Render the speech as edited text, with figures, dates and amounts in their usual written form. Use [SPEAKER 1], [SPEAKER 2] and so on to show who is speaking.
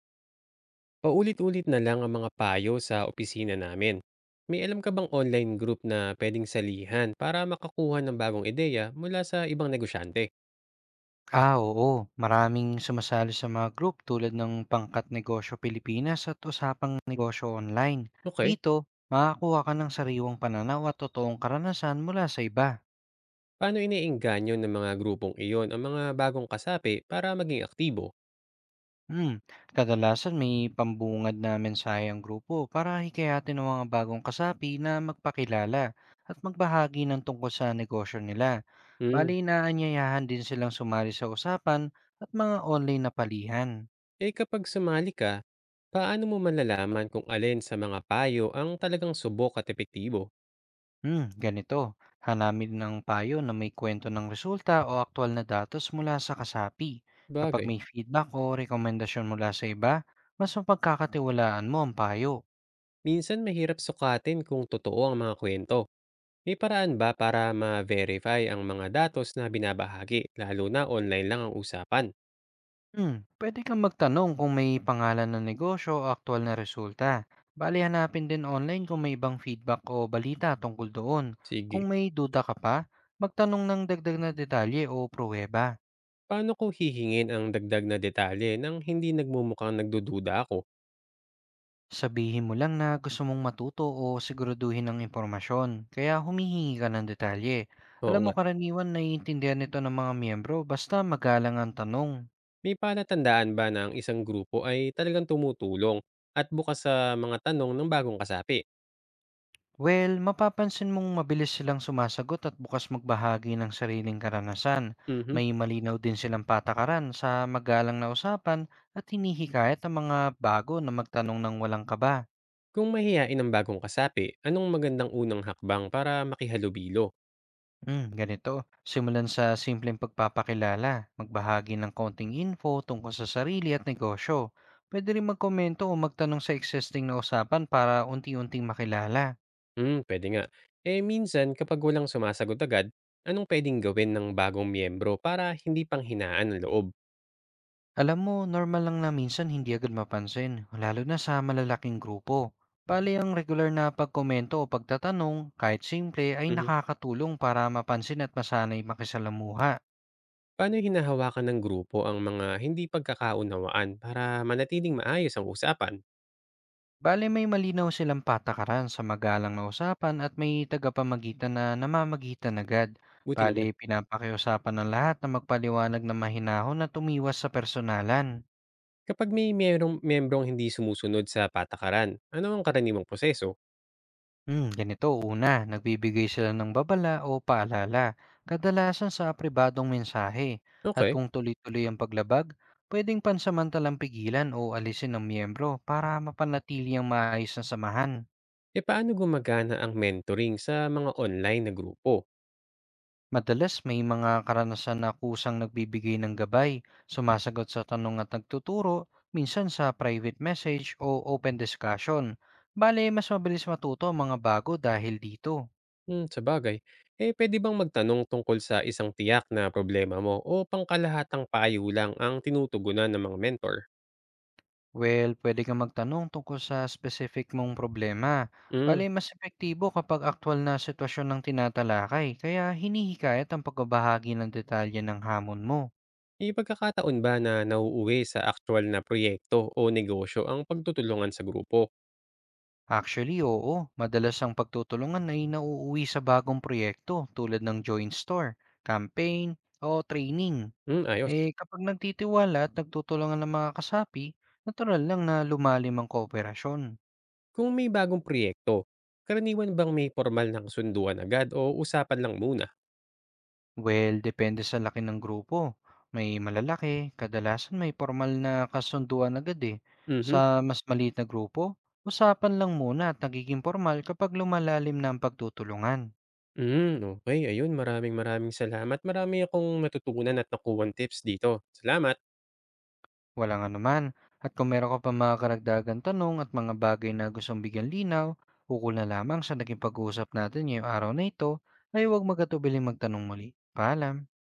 [SPEAKER 1] Paulit-ulit na lang ang mga payo sa opisina namin. May alam ka bang online group na pwedeng salihan para makakuha ng bagong ideya mula sa ibang negosyante?
[SPEAKER 2] Ah, oo. Maraming sumasali sa mga group tulad ng Pangkat Negosyo Pilipinas at Usapang Negosyo Online.
[SPEAKER 1] Okay.
[SPEAKER 2] Dito, makakuha ka ng sariwang pananaw at totoong karanasan mula sa iba.
[SPEAKER 1] Paano iniengganyo ng mga grupong iyon ang mga bagong kasapi para maging aktibo?
[SPEAKER 2] Hmm, kadalasan may pambungad na mensahe ang grupo para hikayatin ng mga bagong kasapi na magpakilala at magbahagi ng tungkol sa negosyo nila.
[SPEAKER 1] Hmm.
[SPEAKER 2] Bali, inaanyayahan din silang sumali sa usapan at mga online na palihan.
[SPEAKER 1] Eh kapag sumali ka, paano mo malalaman kung alin sa mga payo ang talagang subok at epektibo?
[SPEAKER 2] Ganito. Hanapin ng payo na may kwento ng resulta o aktual na datos mula sa kasapi. Kapag
[SPEAKER 1] Bagay.
[SPEAKER 2] may feedback o rekomendasyon mula sa iba, mas mapagkakatiwalaan mo ang payo.
[SPEAKER 1] Minsan mahirap sukatin kung totoo ang mga kwento. May paraan ba para ma-verify ang mga datos na binabahagi lalo na online lang ang usapan?
[SPEAKER 2] Pwede kang magtanong kung may pangalan ng negosyo o aktual na resulta. Bali hanapin din online kung may ibang feedback o balita tungkol doon. Kung
[SPEAKER 1] Sige.
[SPEAKER 2] may duda ka pa, magtanong ng dagdag na detalye o pruweba.
[SPEAKER 1] Paano ko hihingin ang dagdag na detalye nang hindi nagmumukhang nagdududa ako?
[SPEAKER 2] Sabihin mo lang na gusto mong matuto o siguraduhin ang impormasyon, kaya humihingi ka ng detalye.
[SPEAKER 1] Oo
[SPEAKER 2] Alam mo
[SPEAKER 1] nga.
[SPEAKER 2] karaniwan naiintindihan nito ng mga miyembro basta magalang ang tanong.
[SPEAKER 1] May palatandaan ba ng isang grupo ay talagang tumutulong at bukas sa mga tanong ng bagong kasapi?
[SPEAKER 2] Well, mapapansin mong mabilis silang sumasagot at bukas magbahagi ng sariling karanasan.
[SPEAKER 1] Mhm.
[SPEAKER 2] May malinaw din silang patakaran sa magalang na usapan at hinihikayat ang mga bago na magtanong ng walang kaba.
[SPEAKER 1] Kung mahihain ang bagong kasapi, anong magandang unang hakbang para makihalubilo?
[SPEAKER 2] Ganito. Simulan sa simpleng pagpapakilala, magbahagi ng konting info tungkol sa sarili at negosyo. Pwede rin magkomento o magtanong sa existing na usapan para unti-unting makilala.
[SPEAKER 1] Pwede nga. Eh, minsan kapag walang sumasagot agad, anong puwedeng gawin ng bagong miyembro para hindi panghinaan ang loob?
[SPEAKER 2] Alam mo, normal lang na minsan hindi agad mapansin, lalo na sa malalaking grupo. Bali ang regular na pagkomento o pagtatanong, kahit simple, ay
[SPEAKER 1] Mhm.
[SPEAKER 2] nakakatulong para mapansin at masanay makisalamuha.
[SPEAKER 1] Paano hinahawakan ng grupo ang mga hindi pagkakaunawaan para manatiling maayos ang usapan?
[SPEAKER 2] Bale may malinaw silang patakaran sa magalang na usapan at may tagapamagitan na namamagitan agad.
[SPEAKER 1] Buti
[SPEAKER 2] Bale
[SPEAKER 1] naman.
[SPEAKER 2] pinapakiusapan ng lahat na magpaliwanag na mahinahon at umiwas sa personalan.
[SPEAKER 1] Kapag may merong miyembrong hindi sumusunod sa patakaran, ano ang karaniwang proseso?
[SPEAKER 2] Ganito una, nagbibigay sila ng babala o paalala, kadalasan sa pribadong mensahe. At
[SPEAKER 1] Okay.
[SPEAKER 2] kung tuloy-tuloy ang paglabag, pwedeng pansamantalang pigilan o alisin ng miyembro para mapanatili ang maayos na samahan.
[SPEAKER 1] E paano gumagana ang mentoring sa mga online na grupo?
[SPEAKER 2] Madalas may mga karanasan na kusang nagbibigay ng gabay, sumasagot sa tanong at nagtuturo, minsan sa private message o open discussion. Bale, mas mabilis matuto ang mga bago dahil dito.
[SPEAKER 1] Sabagay. Eh, puwede bang magtanong tungkol sa isang tiyak na problema mo o pangkalahatang payo lang ang tinutugunan ng mga mentor?
[SPEAKER 2] Well, pwede kang magtanong tungkol sa specific mong problema.
[SPEAKER 1] Hmm,
[SPEAKER 2] Bale, mas epektibo kapag aktwal na sitwasyon ng tinatalakay, kaya hinihikayat ang pagbabahagi ng detalye ng hamon mo.
[SPEAKER 1] may pagkakataon ba na nauuwi sa actual na proyekto o negosyo ang pagtutulungan sa grupo?
[SPEAKER 2] Actually, oo. Madalas ang pagtutulungan ay nauuwi sa bagong proyekto tulad ng joint store, campaign, o training.
[SPEAKER 1] Ayos.
[SPEAKER 2] Eh kapag nagtitiwala at nagtutulungan ng mga kasapi, natural lang na lumalim ang kooperasyon.
[SPEAKER 1] Kung may bagong proyekto, karaniwan bang may formal na kasunduan agad o usapan lang muna?
[SPEAKER 2] Well, depende sa laki ng grupo. May malalaki, kadalasan may formal na kasunduan agad eh. Sa
[SPEAKER 1] Mhm.
[SPEAKER 2] mas maliit na grupo, usapan lang muna at nagiging formal kapag lumalalim na ang pagtutulungan.
[SPEAKER 1] Okay. Ayun, maraming maraming salamat. Marami akong natutunan at nakuhang tips dito. Salamat.
[SPEAKER 2] Walang anuman. At kung meron ka pa mga karagdagang tanong at mga bagay na gustong bigyan linaw, ukol na lamang sa naging pag-uusap natin ngayong araw na ito, ay huwag magatubiling magtanong muli. Paalam!